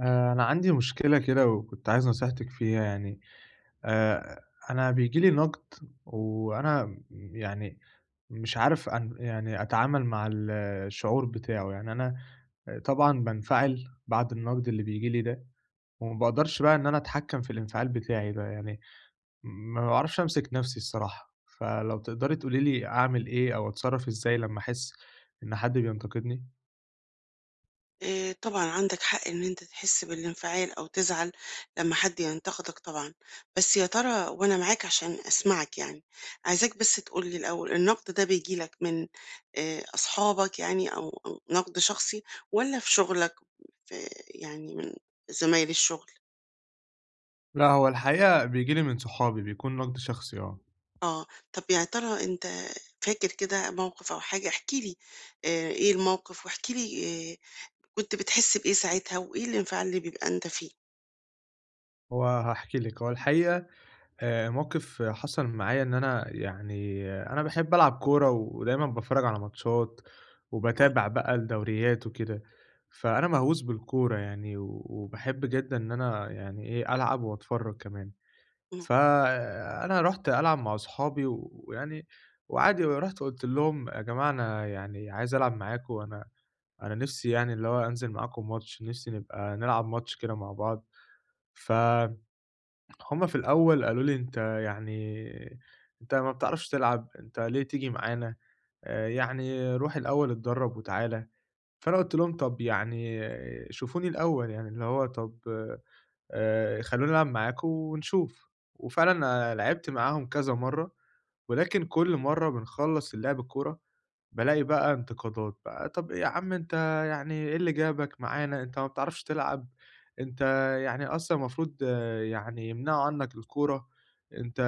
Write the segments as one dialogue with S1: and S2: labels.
S1: أنا عندي مشكلة كده وكنت عايز نصيحتِك فيها يعني، آآ، أنا بييجي لي نقد وأنا يعني مش عارف أن يعني أتعامل مع الشعور بتاعه، يعني أنا طبعًا بانفعل بعد النقد اللي بييجي لي ده، وما باقدرش بقى إن أنا أتحكم في الانفعال بتاعي ده، يعني ما باعرفش أمسك نفسي الصراحة، فلو تقدري تقولي لي أعمل إيه أو أتصرّف إزاي لمّا أحس إن حد بينتقدني؟
S2: طبعًا عندك حق إن أنت تحس بالانفعال أو تزعل لمّا حد ينتقدك طبعًا، بس يا ترى وأنا معاك عشان أسمعك يعني، عايزاك بس تقول لي الأول النقد ده بييجي لك من أصحابك يعني أو نقد شخصي والّا في شغلك في يعني من زمايل الشغل؟
S1: لأ، هو الحقيقة بييجي لي من صحابي، بيكون نقد شخصي آه.
S2: آه، طب يا ترى أنت فاكر كده موقف أو حاجة؟ احكِ لي إيه الموقف واحكِ لي آآ كنت بتحس بإيه ساعتها وإيه الانفعال اللي بيبقى أنت فيه؟
S1: هو هاحكي لِك، هو الحقيقة موقِف حصل معايا إن أنا يعني آه، أنا باحب ألعب كورة ودايمًا باتفرّج على ماتشات
S2: آه.
S1: وباتابع بقى الدوريات وكده، فأنا مهووس بالكورة يعني و وباحب جدًا إن أنا يعني إيه، ألعب وأتفرّج كمان.
S2: إمم.
S1: فأنا رُحت ألعب مع أصحابي ويعني وعادي رُحت قُلت لهم: "يا جماعة أنا يعني عايز ألعب معاكم، أنا نِفْسي يعني اللي هو أنزل معاكم ماتش، نِفْسي نبقى نلعب ماتش كده مع بعض." ف هُم في الأول قالوا لي: "أنت ما بتعرفش تلعب، أنت ليه تيجي معانا؟ يعني روح الأول اتدرّب وتعالَ." فأنا قُلت لهم: "طب يعني شوفوني الأول، يعني اللي هو طب خلّوني ألعب معاكم ونشوف." وفعلًا أنا لعبت معاهم كذا مرّة ولكن كل مرّة بنخلّص اللعب الكورة، بالاقي بقى انتقادات بقى، "طَب إيه يا عم أنت يعني إيه اللي جابك معانا؟ أنت ما بتعرفش تلعب، أنت يعني أصلًا المفروض آه، يعني يمنعوا عنّك الكورة، أنت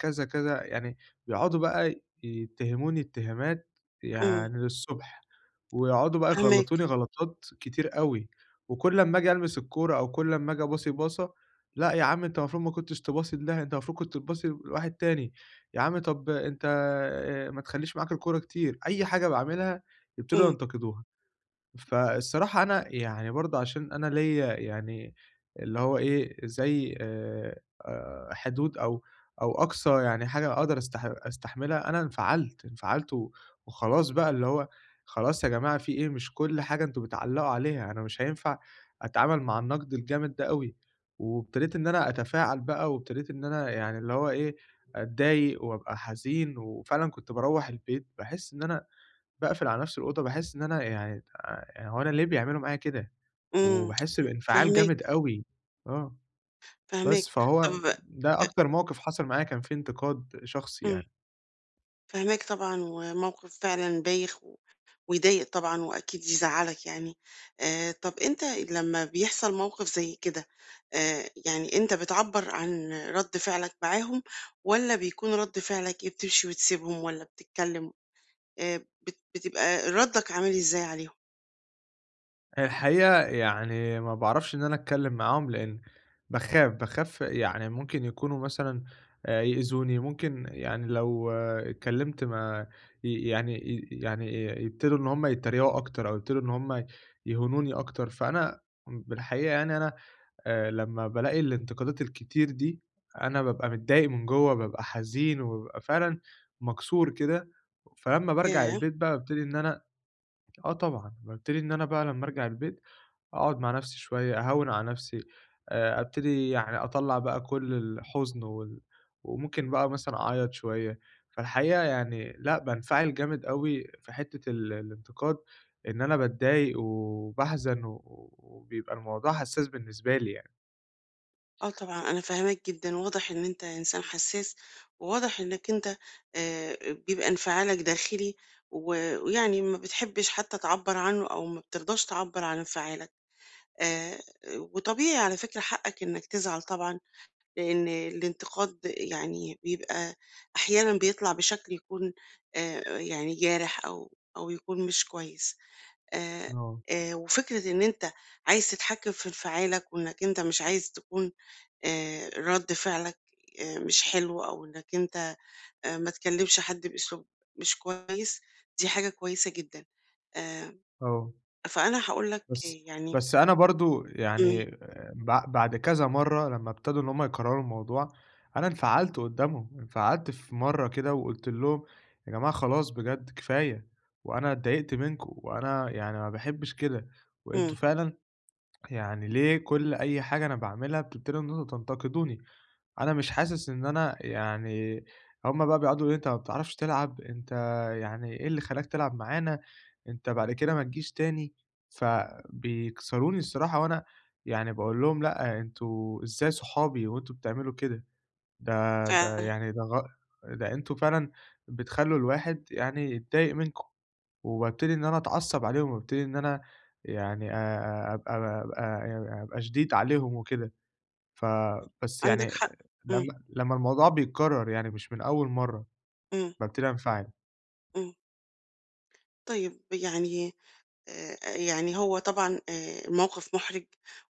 S1: كذا، كذا." يعني بيقعدوا بقى يتهموني اتهامات
S2: إمم،
S1: يعني للصبح، ويقعدوا بقى يغلّطوني
S2: فاهماك.
S1: غلطات كتير أوي، وكل أمّا آجي ألمس الكورة أو كل أمّا آجي أباصي باصة، "لأ يا عم أنت المفروض ما كنتش تباصي لده، أنت المفروض كنت تباصي لواحد تاني." يا عم طب أنت ما تخلّيش معاك الكورة كتير، أي حاجة باعملها يبتدوا
S2: إمم.
S1: ينتقدوها. فالصراحة أنا يعني برضه عشان أنا ليّا يعني اللي هو إيه، زي حدود أو أقصى يعني حاجة أقدر أستحملها، أنا انفعلت، انفعلت و وخلاص بقى اللي هو خلاص يا جماعة في إيه، مش كل حاجة أنتم بتعلّقوا عليها، أنا مش هينفع أتعامل مع النقد الجامد ده أوي، وابتديت إن أنا أتفاعل بقى وابتديت إن أنا يعني اللي هو إيه، أتضايق وأبقى حزين، وفعلًا كنت باروّح البيت باحس إن أنا باقفل على نفسي الأوضة، باحس إن أنا يعني هو أنا ليه بيعملوا معايا كده؟
S2: إمم،
S1: وباحس بانفعال جامد
S2: فاهماك.
S1: أوي، آه.
S2: فاهماك.
S1: بس فهو
S2: طب أ
S1: ده أكتر موقف حصل معايا كان فيه انتقاد شخصي
S2: إمم.
S1: يعني.
S2: فاهماك طبعًا، وموقف فعلًا بايخ ويضايق طبعًا وأكيد يزعّلك يعني. طب أنت لمّا بيحصل موقف زي كده، يعني أنت بتعبّر عن رَد فعلك معاهم والّا بيكون رَد فعلك إيه، بتمشي وتسيبهم والّا بتتكلم؟ بت بتبقى ردّك عامل إزاي عليهم؟
S1: الحقيقة يعني ما باعرفش إن أنا أتكلم معاهم، لإن باخاف، باخاف يعني ممكن يكونوا مثلًا يأذوني، ممكن يعني لو اتكلمت ما ي يعني ي يعني يبتدوا إن هُم يتريقوا أكتر أو يبتدوا إن هُم يهونوني أكتر، فأنا بالحقيقة يعني أنا لمّا بالاقي الانتقادات الكتير دي، أنا بابقى متضايق من جوّه، بابقى حزين وبابقى فعلًا مكسور كده، فلمّا بارجع
S2: ياه!
S1: البيت بقى بابتدي إن أنا. آه طبعًا، بابتدي إن أنا بقى لمّا أرجع البيت أقعد مع نفسي شوية، أهوّن على نفسي، أبتدي يعني أطلّع بقى كل الحزن وممكن بقى مثلًا أعيّط شوية، فالحقيقة يعني لأ، بانفعل جامد أوي في حتّة الانتقاد، إن أنا باتضايق وباحزن و وبيبقى الموضوع حساس بالنسبة لي يعني.
S2: آه طبعًا، أنا فاهماك جدًا، واضح إن أنت إنسان حساس، وواضح إنك أنت بيبقى انفعالك داخلي، و ويعني ما بتحبش حتى تعبّر عنه أو ما بترضاش تعبّر عن انفعالك. آآ وطبيعي على فكرة حقك إنك تزعل طبعًا، لإن الانتقاد يعني بيبقى أحيانًا بيطلع بشكل يكون يعني جارح أو يكون مش كويس. آآ
S1: آه.
S2: وفكرة إن أنت عايز تتحكم في انفعالك وإنك أنت مش عايز تكون رَد فعلك مش حلو أو إنك أنت ما تكلّمش حد بأسلوب مش كويس، دي حاجة كويسة جدًا. آآ
S1: آه،
S2: فأنا هاقول لك
S1: بس
S2: يعني
S1: بس أنا برضه
S2: إمم.
S1: يعني بعد كذا مرّة لمّا ابتدوا إن هُم يكرروا الموضوع، أنا انفعلت قدّامهم، انفعلت في مرّة كده وقُلت لهم: "يا جماعة خلاص بجد كفاية، وأنا اتضايقت منكم، وأنا يعني ما باحبش كده،
S2: إمم،
S1: وأنتم فعلًا يعني ليه كل أي حاجة أنا باعملها بتبتدوا إن أنتم تنتقدوني؟" أنا مش حاسس إن أنا يعني. هُم بقى بيقعدوا يقولوا لي: "أنت ما بتعرفش تلعب، أنت يعني إيه اللي خلاك تلعب معانا، أنت بعد كده ما تجيش تاني." فبيكسروني الصراحة وأنا يعني باقول لهم: "لأ، أنتم إزاي صحابي وأنتم بتعملوا كده؟ ده
S2: فعلًا
S1: يعني ده أنتم فعلًا بتخلّوا الواحد يعني يتضايق منكم." وبابتدي إن أنا أتعصب عليهم وابتدي إن أنا يعني أبقى شديد عليهم وكده. ف بس
S2: عندك
S1: يعني
S2: حق. إمم.
S1: لمّا الموضوع بيتكرر يعني مش من أول مرّة،
S2: إمم،
S1: بابتدي أنفعل.
S2: إمم. طيب يعني يعني هو طبعًا الموقف مُحرِج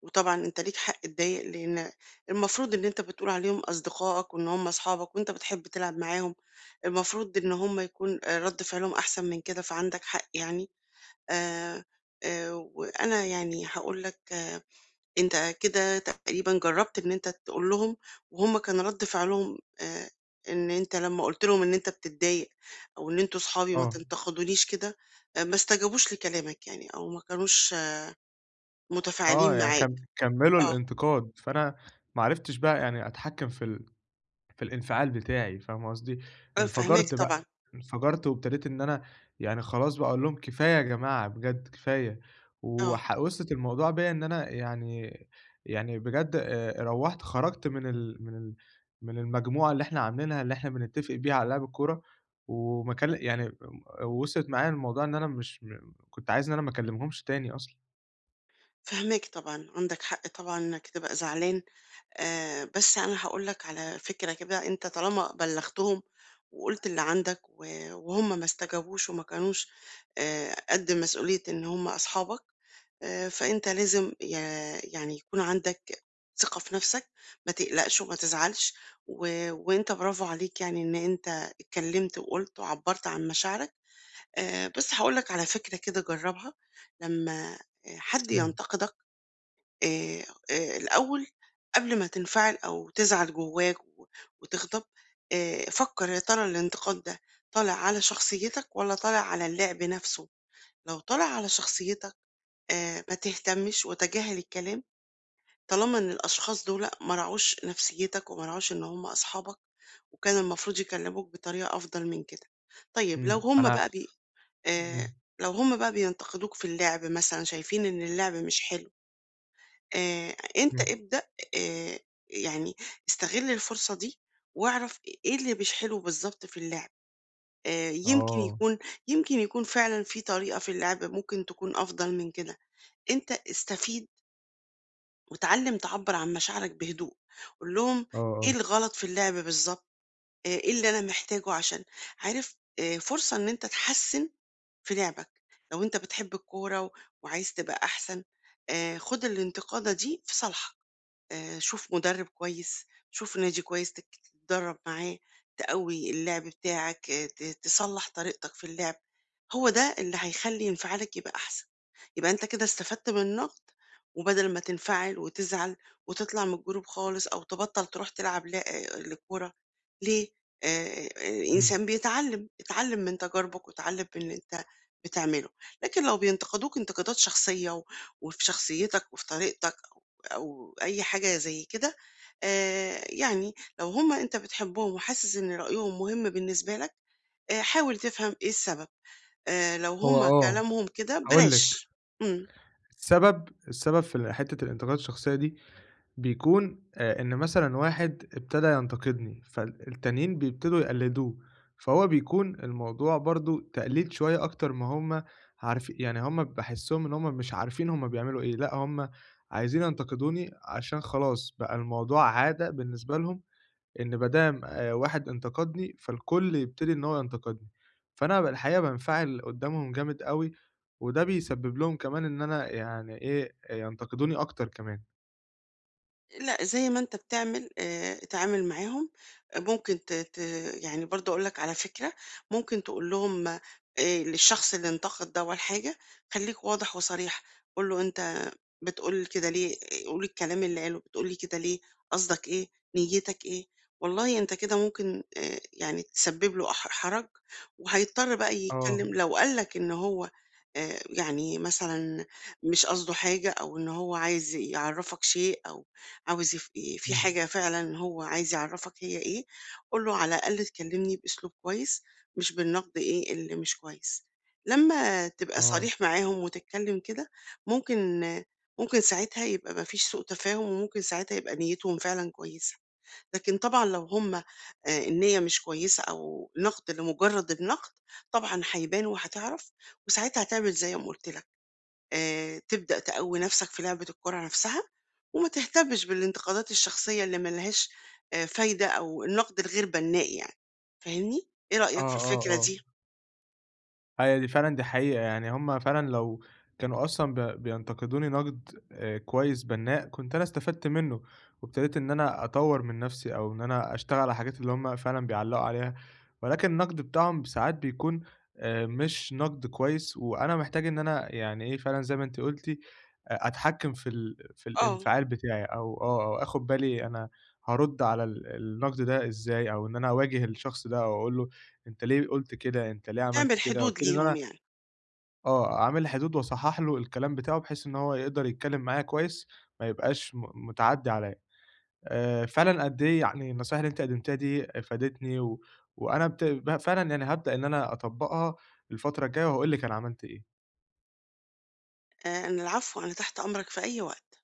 S2: وطبعًا أنت ليك حق تضايق لإن المفروض إن أنت بتقول عليهم أصدقائك وإن هم أصحابك وأنت بتحب تلعب معاهم، المفروض إن هم يكون رَد فعلهم أحسن من كده، فعندك حق يعني. آآ، وأنا يعني هاقول لك آه، أنت كده تقريبًا جرّبت إن أنت تقول لهم، وهُم كان رَد فعلهم إن أنت لمّا قُلت لهم إن أنت بتتضايق أو إن أنتم صحابي ما
S1: آه،
S2: تنتقدونيش كده، ما استجابوش لكلامك يعني أو ما كانوش آه،
S1: آه،
S2: متفاعلين
S1: يعني
S2: معاك.
S1: كمّلوا
S2: آه،
S1: الانتقاد، فأنا ما عرفتش بقى يعني أتحكّم في الانفعال بتاعي، فاهمة قصدي؟
S2: أنا فاهماك
S1: انفجرت بقى،
S2: طبعًا،
S1: انفجرت وابتديت إن أنا يعني خلاص بقى أقول لهم كفاية يا جماعة بجد كفاية،
S2: آه،
S1: وصلت الموضوع بيّا إن أنا يعني بجد روّحت خرجت من المجموعة اللي إحنا عاملينها اللي إحنا بنتفق بيها على لعب الكورة، وما كل يعني م وصلت معايا الموضوع إن أنا مش كنت عايز إن أنا ما اكلمهمش تاني أصلًا.
S2: فاهماك طبعًا، عندك حق طبعًا إنك تبقى زعلان. بس أنا هاقول لك على فكرة كده، أنت طالما بلّغتهم وقُلت اللي عندك وهُم ما استجابوش وما كانوش قد مسؤولية إن هُم أصحابك، فأنت لازم يعني يكون عندك ثقة في نَفْسك، ما تقلقش وما تزعلش، و وأنت برافو عليك يعني إن أنت اتكلّمت وقُلت وعبّرت عن مشاعرك، بس هاقول لك على فكرة كده جرّبها، لمّا حد
S1: إمم،
S2: ينتقدك آآ الأول قبل ما تنفعل أو تزعل جواك وتغضب، فكّر يا ترى الانتقاد ده طالع على شخصيتك والّا طالع على اللعب نفسه؟ لو طالع على شخصيتك ما تهتمش وتجاهل الكلام طالما إن الأشخاص دول ما راعوش نفسيتك وما راعوش إن هم أصحابك، وكان المفروض يكلموك بطريقة أفضل من كده. طيب لو
S1: إمم،
S2: هم
S1: أنا،
S2: بقى بي آآ
S1: إمم،
S2: لو هم بقى بينتقدوك في اللعب مثلًا، شايفين إن اللعب مش حلو أنت
S1: إمم،
S2: ابدأ آآ يعني استغل الفرصة دي واعرف إيه اللي بيشحنه بالضبط في اللعب، آآ يمكن
S1: آه،
S2: يكون يمكن يكون فعلًا في طريقة في اللعب ممكن تكون أفضل من كده، أنت استفيد واتعلم تعبّر عن مشاعرك بهدوء، قُل لهم
S1: آه،
S2: إيه
S1: آه،
S2: الغلط في اللعب بالضبط، إيه اللي أنا محتاجه عشان عارف فرصة إن أنت تحسّن في لعبك، لو أنت بتحب الكورة وعايز تبقى أحسن خُد الانتقادة دي في صالحك. شوف مدرب كويس، شوف نادي كويس تتدرب معاه، تقوي اللعب بتاعك، آه، تصلح طريقتك في اللعب، هو ده اللي هيخلي انفعالك يبقى أحسن، يبقى أنت كده استفدت من النقد، وبدل ما تنفعل وتزعل وتطلع من الجروب خالص أو تبطل تروح تلعب لكورة، ليه؟
S1: إمم،
S2: الإنسان بيتعلم، اتعلم من تجاربك واتعلم من اللي أنت بتعمله، لكن لو بينتقدوك انتقادات شخصية وفي شخصيتك وفي طريقتك أو أي حاجة زي كده آه، يعني لو هما أنت بتحبهم وحاسس إن رأيهم مهم بالنسبة لك آه، حاول تفهم إيه السبب آه، لو
S1: هو
S2: هما
S1: آه،
S2: كلامهم كده
S1: هاقول لِك.
S2: بلاش مم.
S1: السبب في ال حتّة الانتقادات الشخصية دي بيكون إن مثلًا واحد ابتدى ينتقدني، فالتانيين بيبتدوا يقلّدوه، فهو بيكون الموضوع برضه تقليد شوية أكتر ما هم عارف يعني هم باحسّهم إن هم مش عارفين هم بيعملوا إيه، لأ هم عايزين ينتقدوني عشان خلاص بقى الموضوع عادة بالنسبة لهم إن ما دام واحد انتقدني، فالكل يبتدي إن هو ينتقدني، فأنا الحقيقة بانفعل قدّامهم جامد أوي، وده بيسبب لهم كمان إن أنا يعني إيه، آه، ينتقدوني أكتر كمان.
S2: لأ، زي ما أنت بتعمل اتعامل معاهم، آه، ممكن ت ت يعني برضه أقول لك على فكرة، ممكن تقول لهم للشخص اللي انتقد ده والّا حاجة، خلّيك واضح وصريح، قُل له: "أنت بتقول كده ليه؟ قُل الكلام اللي قاله، بتقول لي كده ليه؟ قصدك إيه؟ نيتك إيه؟" والله أنت كده ممكن يعني تسبب له حرج، وهيضطر بقى
S1: آه،
S2: يتكلم لو قال لك إن هو يعني مثلًا مش قصده حاجة، أو إن هو عايز يعرّفك شيء أو عاوز يف إيه، في
S1: إمم،
S2: حاجة فعلًا هو عايز يعرّفك هي إيه، قُل له على الأقل تكلمني بأسلوب كويس، مش بالنقد إيه اللي مش كويس. لمّا تبقى
S1: آه،
S2: صريح معاهم وتتكلم كده، ممكن ممكن ساعتها يبقى ما فيش سوء تفاهم، وممكن ساعتها يبقى نيتهم فعلًا كويسة. لكن طبعًا لو هم النية مش كويسة أو نقد لمجرد النقد، طبعًا هيبان وهتعرف، وساعتها هتعمل زي ما قُلت لك. تبدأ تقوّي نفسك في لعبة الكورة نفسها، وما تهتمش بالانتقادات الشخصية اللي ما لهاش فايدة أو النقد الغير بناء يعني، فاهمني؟ إيه
S1: آه،
S2: رأيك في
S1: آه،
S2: الفكرة
S1: آه.
S2: دي؟
S1: هي دي فعلًا دي حقيقة، يعني هم فعلًا لو كانوا أصلًا بينتقدوني نقد كويس بنّاء، كنت أنا استفدت منّه، وابتديت إن أنا أطوّر من نَفْسي أو إن أنا أشتغل على الحاجات اللي هم فعلًا بيعلّقوا عليها، ولكن النقد بتاعهم ساعات بيكون مش نقد كويس، وأنا محتاج إن أنا يعني إيه فعلًا زي ما أنتِ قُلتِ أتحكّم في
S2: آه،
S1: الانفعال بتاعي أو آه، أو آخُد بالي أنا هارُد على النقد ده إزاي، أو إن أنا أواجه الشخص ده أو أقول له أنت ليه قُلت كده، أنت ليه عملت
S2: تعمل
S1: كده،
S2: حدود
S1: وابتدي إن
S2: ليهم
S1: أنا
S2: يعني.
S1: آه، عامل حدود وأصحّح له الكلام بتاعه، بحيث إن هو يقدر يتكلّم معايا كويس، ما يبقاش مُتعدّي عليّا. فعلًا قد إيه يعني النصايح اللي أنت قدّمتها دي فادتني، وأنا بت ب فعلًا يعني هابدأ إن أنا أطبّقها الفترة الجاية، وهاقول لِك أنا عملت إيه.
S2: أنا العفو، أنا تحت أمرك في أي وقت.